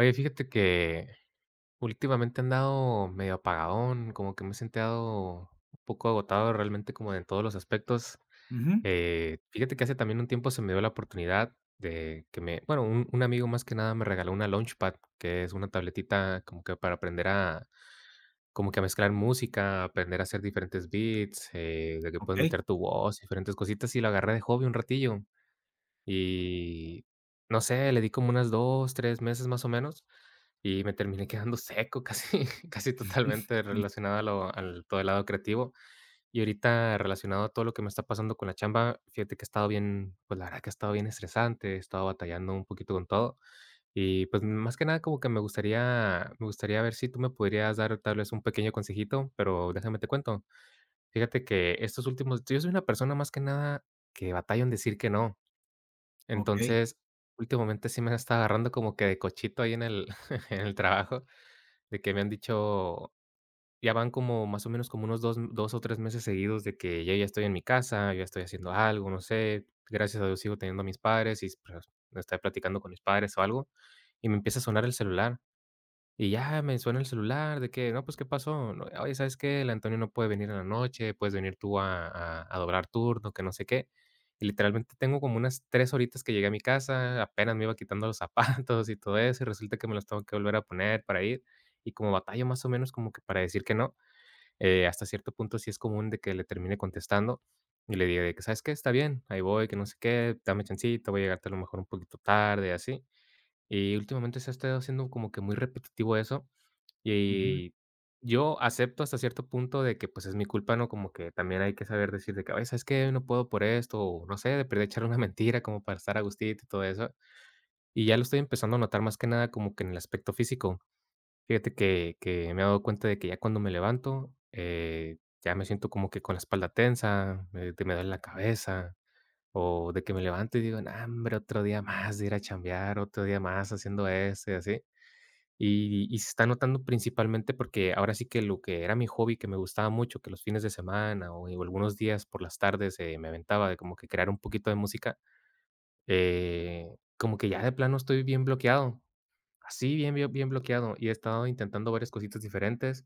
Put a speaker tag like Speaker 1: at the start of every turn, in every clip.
Speaker 1: Oye, fíjate que últimamente he andado medio apagadón, como que me he sentado un poco agotado realmente como en todos los aspectos.
Speaker 2: Ujú.
Speaker 1: Fíjate que hace también un tiempo se me dio la oportunidad de que bueno, un amigo más que nada me regaló una Launchpad, que es una tabletita como que para aprender como que a mezclar música, aprender a hacer diferentes beats, de que puedes
Speaker 2: Okey.
Speaker 1: meter tu voz, diferentes cositas, y lo agarré de hobby un ratillo. Y no sé, le di como unas 2, 3 meses más o menos. Y me terminé quedando seco, casi casi totalmente
Speaker 2: Mm.
Speaker 1: relacionado a lo al todo el lado creativo. Y ahorita relacionado a todo lo que me está pasando con la chamba, fíjate que ha estado bien, pues, la verdad que ha estado bien estresante, he estado batallando un poquito con todo. Y, pues, más que nada como que me gustaría ver si tú me podrías dar tal vez un pequeño consejito, pero déjame te cuento. Fíjate que estos últimos yo soy una persona más que nada que batalla en decir que no.
Speaker 2: Okey.
Speaker 1: Entonces, últimamente sí me está agarrando como que de cochito ahí en el en el trabajo, de que me han dicho ya van como más o menos como unos dos o 3 meses seguidos de que yo ya estoy en mi casa, yo ya estoy haciendo algo, no sé, gracias a Dios sigo teniendo a mis padres y, pues, estoy platicando con mis padres o algo, y me empieza a sonar el celular. Y ya me suena el celular de que: "No, pues, ¿qué pasó?". No, "Oye, ¿sabes qué? El Antonio no puede venir en la noche, puedes venir tú a doblar turno, que no sé qué". Y literalmente tengo como unas 3 horitas que llegué a mi casa, apenas me iba quitando los zapatos y todo eso, y resulta que me los tengo que volver a poner para ir. Y como batallo más o menos como que para decir que no, hasta cierto punto sí es común de que le termine contestando y le diga de que: "¿Sabes qué? Está bien, ahí voy, que no sé qué, dame chancito, voy a llegarte a lo mejor un poquito tarde", así. Y últimamente se ha estado haciendo como que muy repetitivo eso.
Speaker 2: Ujú.
Speaker 1: Y yo acepto hasta cierto punto de que, pues, es mi culpa, ¿no? Como que también hay que saber decir de que: "Oye, ¿sabes qué? No puedo por esto", o no sé, de perder echar una mentira como para estar a gustito y todo eso. Y ya lo estoy empezando a notar más que nada como que en el aspecto físico. Fíjate que me he dado cuenta de que ya cuando me levanto, ya me siento como que con la espalda tensa, me duele la cabeza, o de que me levanto y digo: "No, hombre, otro día más de ir a chambear, otro día más haciendo esto", y así. Y se está notando principalmente porque ahora sí que lo que era mi hobby, que me gustaba mucho, que los fines de semana o algunos días por las tardes, me aventaba de como que crear un poquito de música, eh, como que ya de plano estoy bien bloqueado, así bien, bien, bien bloqueado, y he estado intentando varias cositas diferentes.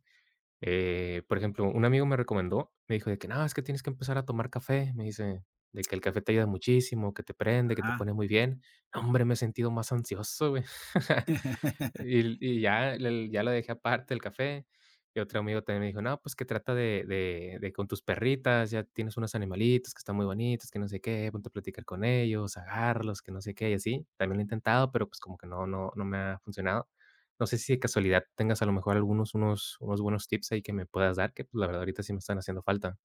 Speaker 1: Por ejemplo, un amigo me recomendó, me dijo de que: "No, es que tienes que empezar a tomar café", me dice, de que el café te ayuda muchísimo, que te prende, que te
Speaker 2: Ajá.
Speaker 1: pone muy bien. No, hombre, me he sentido más ansioso, güey. Y ya lo dejé aparte el café, y otro amigo también me dijo: "No, pues que trata de con tus perritas, ya tienes unos animalitos que están muy bonitos, que no sé qué, ponte a platicar con ellos, agarrarlos que no sé qué", y así. También lo he intentado, pero, pues, como que no me ha funcionado. No sé si de casualidad tengas a lo mejor algunos unos unos buenos tips ahí que me puedas dar, que, pues, la verdad ahorita sí me están haciendo falta.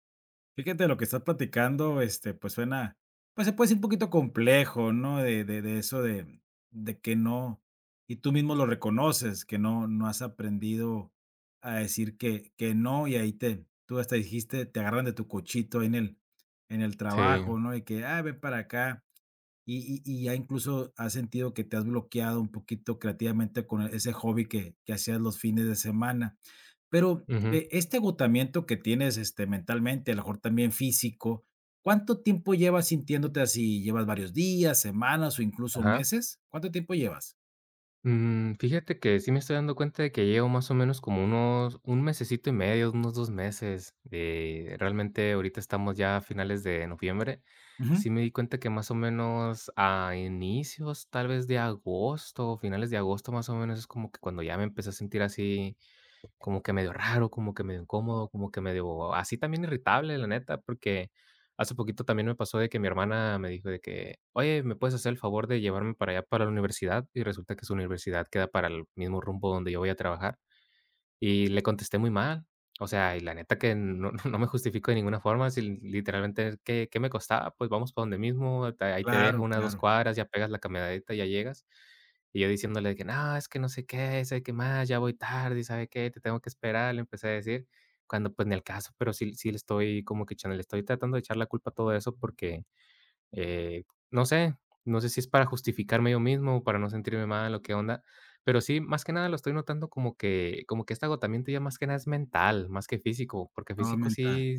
Speaker 2: Fíjate lo que estás platicando, pues suena, pues se puede decir un poquito complejo, ¿no? De eso de que no, y tú mismo lo reconoces, que no has aprendido a decir que no, y ahí te tú hasta dijiste, te agarran de tu cochito ahí en el
Speaker 1: Sí.
Speaker 2: trabajo, ¿no? Y que: "Ah, ven para acá". Y ya incluso has sentido que te has bloqueado un poquito creativamente con ese hobby que hacías los fines de semana. Pero,
Speaker 1: Ujú.
Speaker 2: este agotamiento que tienes, mentalmente, a lo mejor también físico, ¿cuánto tiempo llevas sintiéndote así? ¿Llevas varios días, semanas o incluso
Speaker 1: Ajá.
Speaker 2: meses? ¿Cuánto tiempo llevas?
Speaker 1: Fíjate que sí me estoy dando cuenta de que llevo más o menos como unos un mesecito y medio, unos 2 meses. Realmente ahorita estamos ya a finales de noviembre.
Speaker 2: Ujú.
Speaker 1: Sí me di cuenta que más o menos a inicios, tal vez de agosto, finales de agosto, más o menos, es como que cuando ya me empecé a sentir así como que medio raro, como que medio incómodo, como que medio así también irritable, la neta, porque hace poquito también me pasó de que mi hermana me dijo de que, oye, ¿me puedes hacer el favor de llevarme para allá, para la universidad? Y resulta que su universidad queda para el mismo rumbo donde yo voy a trabajar. Y le contesté muy mal. O sea, y la neta que no no me justifico de ninguna forma, si literalmente, ¿qué me costaba? Pues vamos para donde mismo, te ahí te dejo
Speaker 2: Claro,
Speaker 1: unas 2
Speaker 2: claro.
Speaker 1: cuadras, ya pegas la camioneta ya llegas. Y yo diciéndole de que: "No, es que no sé qué, sabe qué más, ya voy tarde, sabe qué, te tengo que esperar", le empecé a decir, cuando, pues, ni el caso, pero sí le estoy como que echando le estoy tratando de echar la culpa a todo eso porque eh, no sé, no sé si es para justificarme yo mismo o para no sentirme mal o qué onda, pero sí, más que nada lo estoy notando como que este agotamiento ya más que nada es mental, más que físico, porque
Speaker 2: Todo
Speaker 1: físico
Speaker 2: mental.
Speaker 1: sí,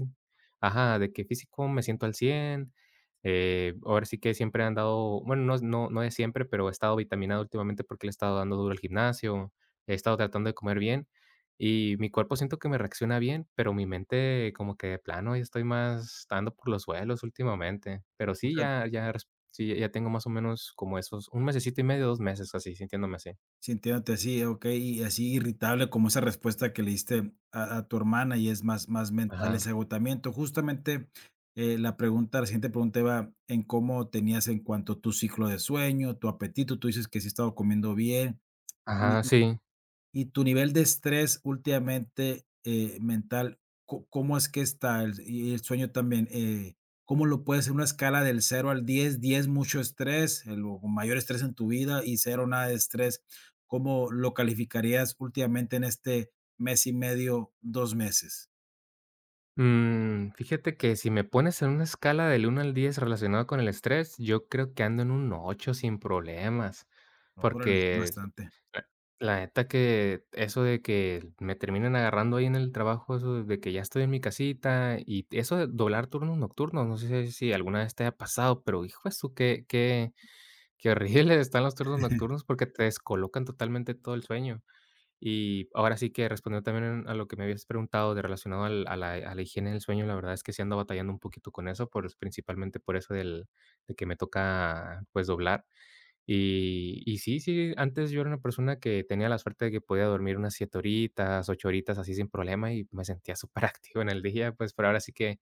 Speaker 1: ajá, de que físico me siento al 100 ahora sí que siempre he andado, bueno, no es no no de siempre, pero he estado vitaminado últimamente porque le he estado dando duro al gimnasio, he estado tratando de comer bien y mi cuerpo siento que me reacciona bien, pero mi mente como que de plano ya estoy más dando por los suelos últimamente. Pero
Speaker 2: O
Speaker 1: sí,
Speaker 2: sea,
Speaker 1: ya tengo más o menos como esos 1 mesecito y medio, 2 meses así, sintiéndome así.
Speaker 2: sintiéndote así, okey, y así irritable como esa respuesta que le diste a tu hermana, y es más mental
Speaker 1: Ajá.
Speaker 2: ese agotamiento. Justamente, la pregunta la siguiente pregunta iba en cómo tenías en cuanto a tu ciclo de sueño, tu apetito. Tú dices que sí has estado comiendo bien.
Speaker 1: Ajá, sí.
Speaker 2: Y tu nivel de estrés últimamente, mental, ¿cómo es que está? Y el sueño también, ¿cómo lo puedes en una escala del cero al 10, 10 mucho estrés, el mayor estrés en tu vida y cero nada de estrés. ¿Cómo lo calificarías últimamente en este mes y medio, dos meses?
Speaker 1: Fíjate que si me pones en una escala del 1 al 10 relacionado con el estrés, yo creo que ando en un 8 sin problemas,
Speaker 2: Órale,
Speaker 1: porque
Speaker 2: bastante.
Speaker 1: la la neta que eso de que me terminen agarrando ahí en el trabajo, eso de que ya estoy en mi casita y eso de doblar turnos nocturnos, no sé si alguna vez te haya pasado, pero hijo eso qué horribles están los turnos nocturnos porque te descolocan totalmente todo el sueño. Y ahora sí que respondiendo también a lo que me habías preguntado de relacionado al a la higiene del sueño, la verdad es que sí ando batallando un poquito con eso, por principalmente por eso del de que me toca, pues, doblar. Y sí, sí, antes yo era una persona que tenía la suerte de que podía dormir unas 7 horitas, 8 horitas así sin problema, y me sentía superactivo en el día, pues, pero ahora sí que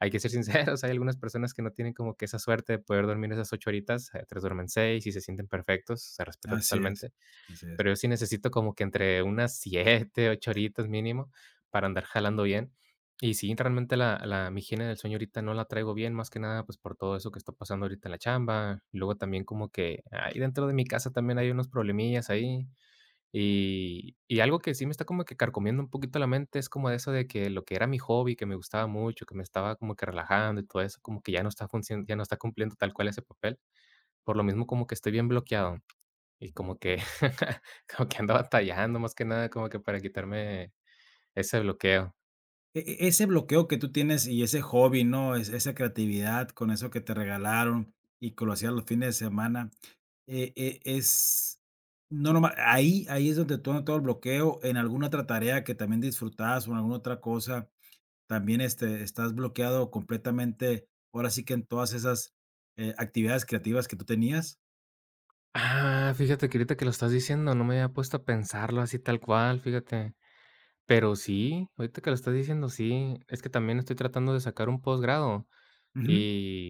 Speaker 1: hay que ser sinceros, hay algunas personas que no tienen como que esa suerte de poder dormir esas 8 horitas, hay otras duermen 6 y se sienten perfectos, se respeta
Speaker 2: Así es,
Speaker 1: totalmente
Speaker 2: así es.
Speaker 1: pero yo sí necesito como que entre unas 7 8 horitas mínimo para andar jalando bien. Y sí, realmente la la mi higiene del sueño ahorita no la traigo bien, más que nada, pues, por todo eso que está pasando ahorita en la chamba. Y luego también como que ahí dentro de mi casa también hay unos problemillas ahí. Y algo que sí me está como que carcomiendo un poquito la mente es como eso de que lo que era mi hobby, que me gustaba mucho, que me estaba como que relajando y todo eso, como que ya no está funcionando ya no está cumpliendo tal cual ese papel. Por lo mismo como que estoy bien bloqueado. Y como que como que ando batallando, más que nada, como que para quitarme ese bloqueo.
Speaker 2: E ese bloqueo que tú tienes y ese hobby, ¿no? Es esa creatividad con eso que te regalaron y que lo hacías los fines de semana, es no noma ahí ahí es donde todo el bloqueo, en alguna otra tarea que también disfrutabas o en alguna otra cosa, también, estás bloqueado completamente, ahora sí que en todas esas, actividades creativas que tú tenías.
Speaker 1: Ah, fíjate que ahorita que lo estás diciendo, no me había puesto a pensarlo así tal cual, fíjate. Pero sí, ahorita que lo estás diciendo, sí. Es que también estoy tratando de sacar un posgrado.
Speaker 2: Ujú,
Speaker 1: Y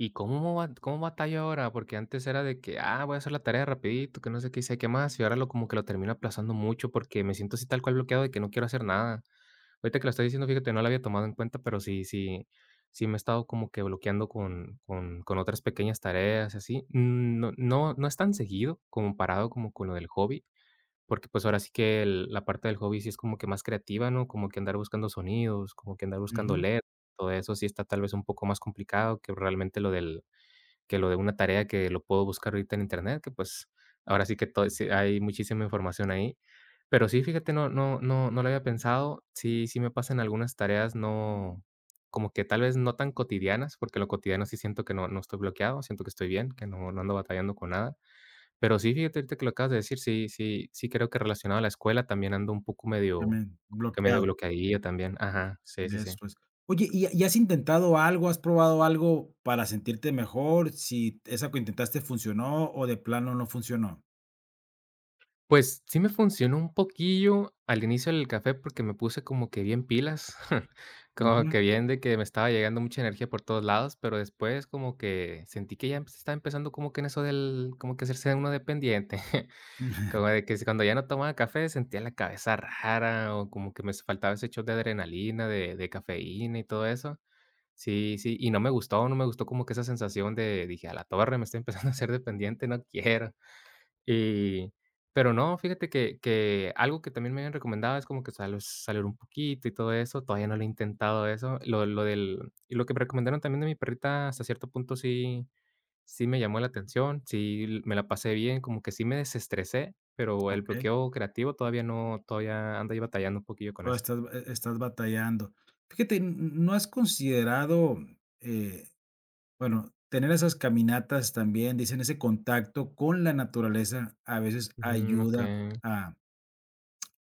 Speaker 1: y cómo batallo ahora, porque antes era de que: "Ah, voy a hacer la tarea rapidito, que no sé qué y qué más", y ahora lo como que lo termino aplazando mucho porque me siento así tal cual bloqueado de que no quiero hacer nada. Ahorita que lo estoy diciendo, fíjate, no lo había tomado en cuenta, pero sí me he estado como que bloqueando con otras pequeñas tareas y así. No es tan seguido comparado como con lo del hobby, porque, pues, ahora sí que el la parte del hobby sí es como que más creativa, ¿no? Como que andar buscando sonidos, como que andar buscando
Speaker 2: ujú,
Speaker 1: letras, todo eso sí está tal vez un poco más complicado que realmente lo del que lo de una tarea que lo puedo buscar ahorita en internet, que, pues, ahora sí que todo sí hay muchísima información ahí. Pero sí, fíjate, no lo había pensado. Sí sí me pasan algunas tareas, no como que tal vez no tan cotidianas, porque lo cotidiano sí siento que no estoy bloqueado, siento que estoy bien, que no ando batallando con nada. Pero sí, fíjate, ahorita que lo acabas de decir, sí creo que relacionado a la escuela también ando un poco medio
Speaker 2: también
Speaker 1: como que medio
Speaker 2: bloqueado.
Speaker 1: bloqueadillo también. Ajá, sí, sí, sí.
Speaker 2: Eso es. Oye, ¿y has intentado algo? ¿Has probado algo para sentirte mejor? Si esa que intentaste funcionó o de plano no funcionó.
Speaker 1: Pues, sí me funcionó un poquillo al inicio del café, porque me puse como que bien pilas, como
Speaker 2: Ujú.
Speaker 1: que bien de que me estaba llegando mucha energía por todos lados, pero después como que sentí que ya se estaba empezando como que en eso del como que hacerse uno dependiente, como de que si cuando ya no tomaba café sentía la cabeza rara, o como que me faltaba ese shot de adrenalina, de cafeína y todo eso. Sí, sí, y no me gustó, no me gustó como que esa sensación de dije: "A la torre, me estoy empezando a hacer dependiente, no quiero". Y pero no, fíjate que algo que también me han recomendado es como que salo salir un poquito y todo eso, todavía no lo he intentado eso. Lo del y lo que me recomendaron también de mi perrita, hasta cierto punto sí me llamó la atención, sí l me la pasé bien, como que sí me desestresé, pero el
Speaker 2: Okey.
Speaker 1: bloqueo creativo todavía no todavía ando ahí batallando un poquillo con
Speaker 2: Todavía
Speaker 1: eso.
Speaker 2: estás estás batallando. Fíjate, n ¿no has considerado, eh, bueno, tener esas caminatas también? Dicen, ese contacto con la naturaleza a veces
Speaker 1: Mm,
Speaker 2: ayuda
Speaker 1: okey.
Speaker 2: a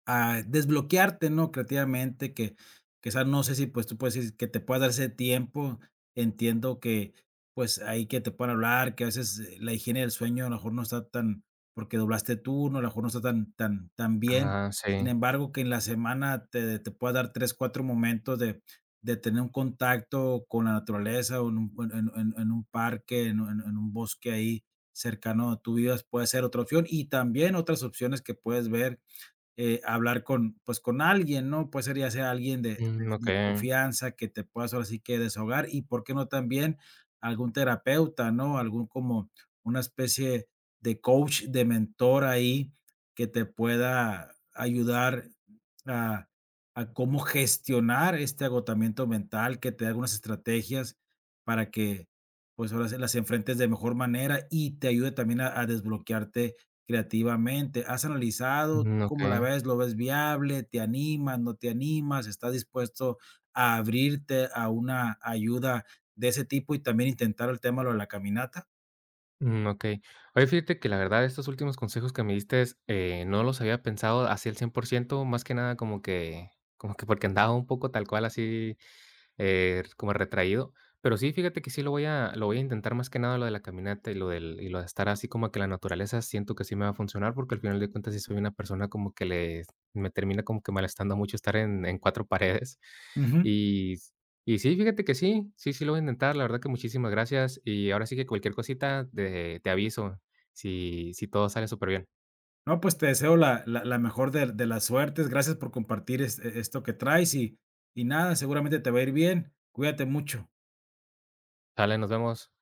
Speaker 2: desbloquearte, ¿no?, creativamente, que quizás no sé si, pues, tú puedes decir que te puedas dar ese tiempo. Entiendo que, pues, ahí que te puedan hablar, que a veces, la higiene del sueño a lo mejor no está tan porque doblaste turno, a lo mejor no está tan bien.
Speaker 1: Ajá,
Speaker 2: Sin
Speaker 1: sí.
Speaker 2: embargo, que en la semana te pueda dar 3 4 momentos de tener un contacto con la naturaleza o en un en un parque, en un en un bosque ahí cercano a tu vida, puede ser otra opción. Y también otras opciones que puedes ver hablar con, pues, con alguien, ¿no? Puede ser ya sea alguien de de
Speaker 1: Mm,
Speaker 2: de
Speaker 1: okey.
Speaker 2: confianza que te puedas ahora sí que desahogar y, ¿por qué no también algún terapeuta, no? Algún como una especie de coach, de mentor ahí que te pueda ayudar a cómo gestionar este agotamiento mental, que te dé algunas estrategias para que, pues, ahora sí las enfrentes de mejor manera y te ayude también a desbloquearte creativamente. ¿Has analizado
Speaker 1: Mm,
Speaker 2: tú cómo
Speaker 1: okey.
Speaker 2: la ves? ¿Lo ves viable? ¿Te animas, no te animas? ¿Estás dispuesto a abrirte a una ayuda de ese tipo y también intentar el tema, lo de la caminata?
Speaker 1: Mm, okey. Oye, fíjate que la verdad estos últimos consejos que me diste, no los había pensado así al 100 por ciento, más que nada como que porque andaba un poco tal cual así, como retraído. Pero sí, fíjate que sí lo voy a intentar más que nada lo de la caminata y lo del y lo de estar así como que la naturaleza, siento que sí me va a funcionar, porque al final de cuentas sí soy una persona como que le, me termina como que molestando mucho estar en 4 paredes.
Speaker 2: Ujú.
Speaker 1: Y y sí, fíjate que sí, sí, sí lo voy a intentar, la verdad que muchísimas gracias, y ahora sí que cualquier cosita te aviso si todo sale súper bien.
Speaker 2: No, pues te deseo la mejor de las suertes. Gracias por compartir esto que traes y nada, seguramente te va a ir bien. Cuídate mucho.
Speaker 1: Sale, nos vemos.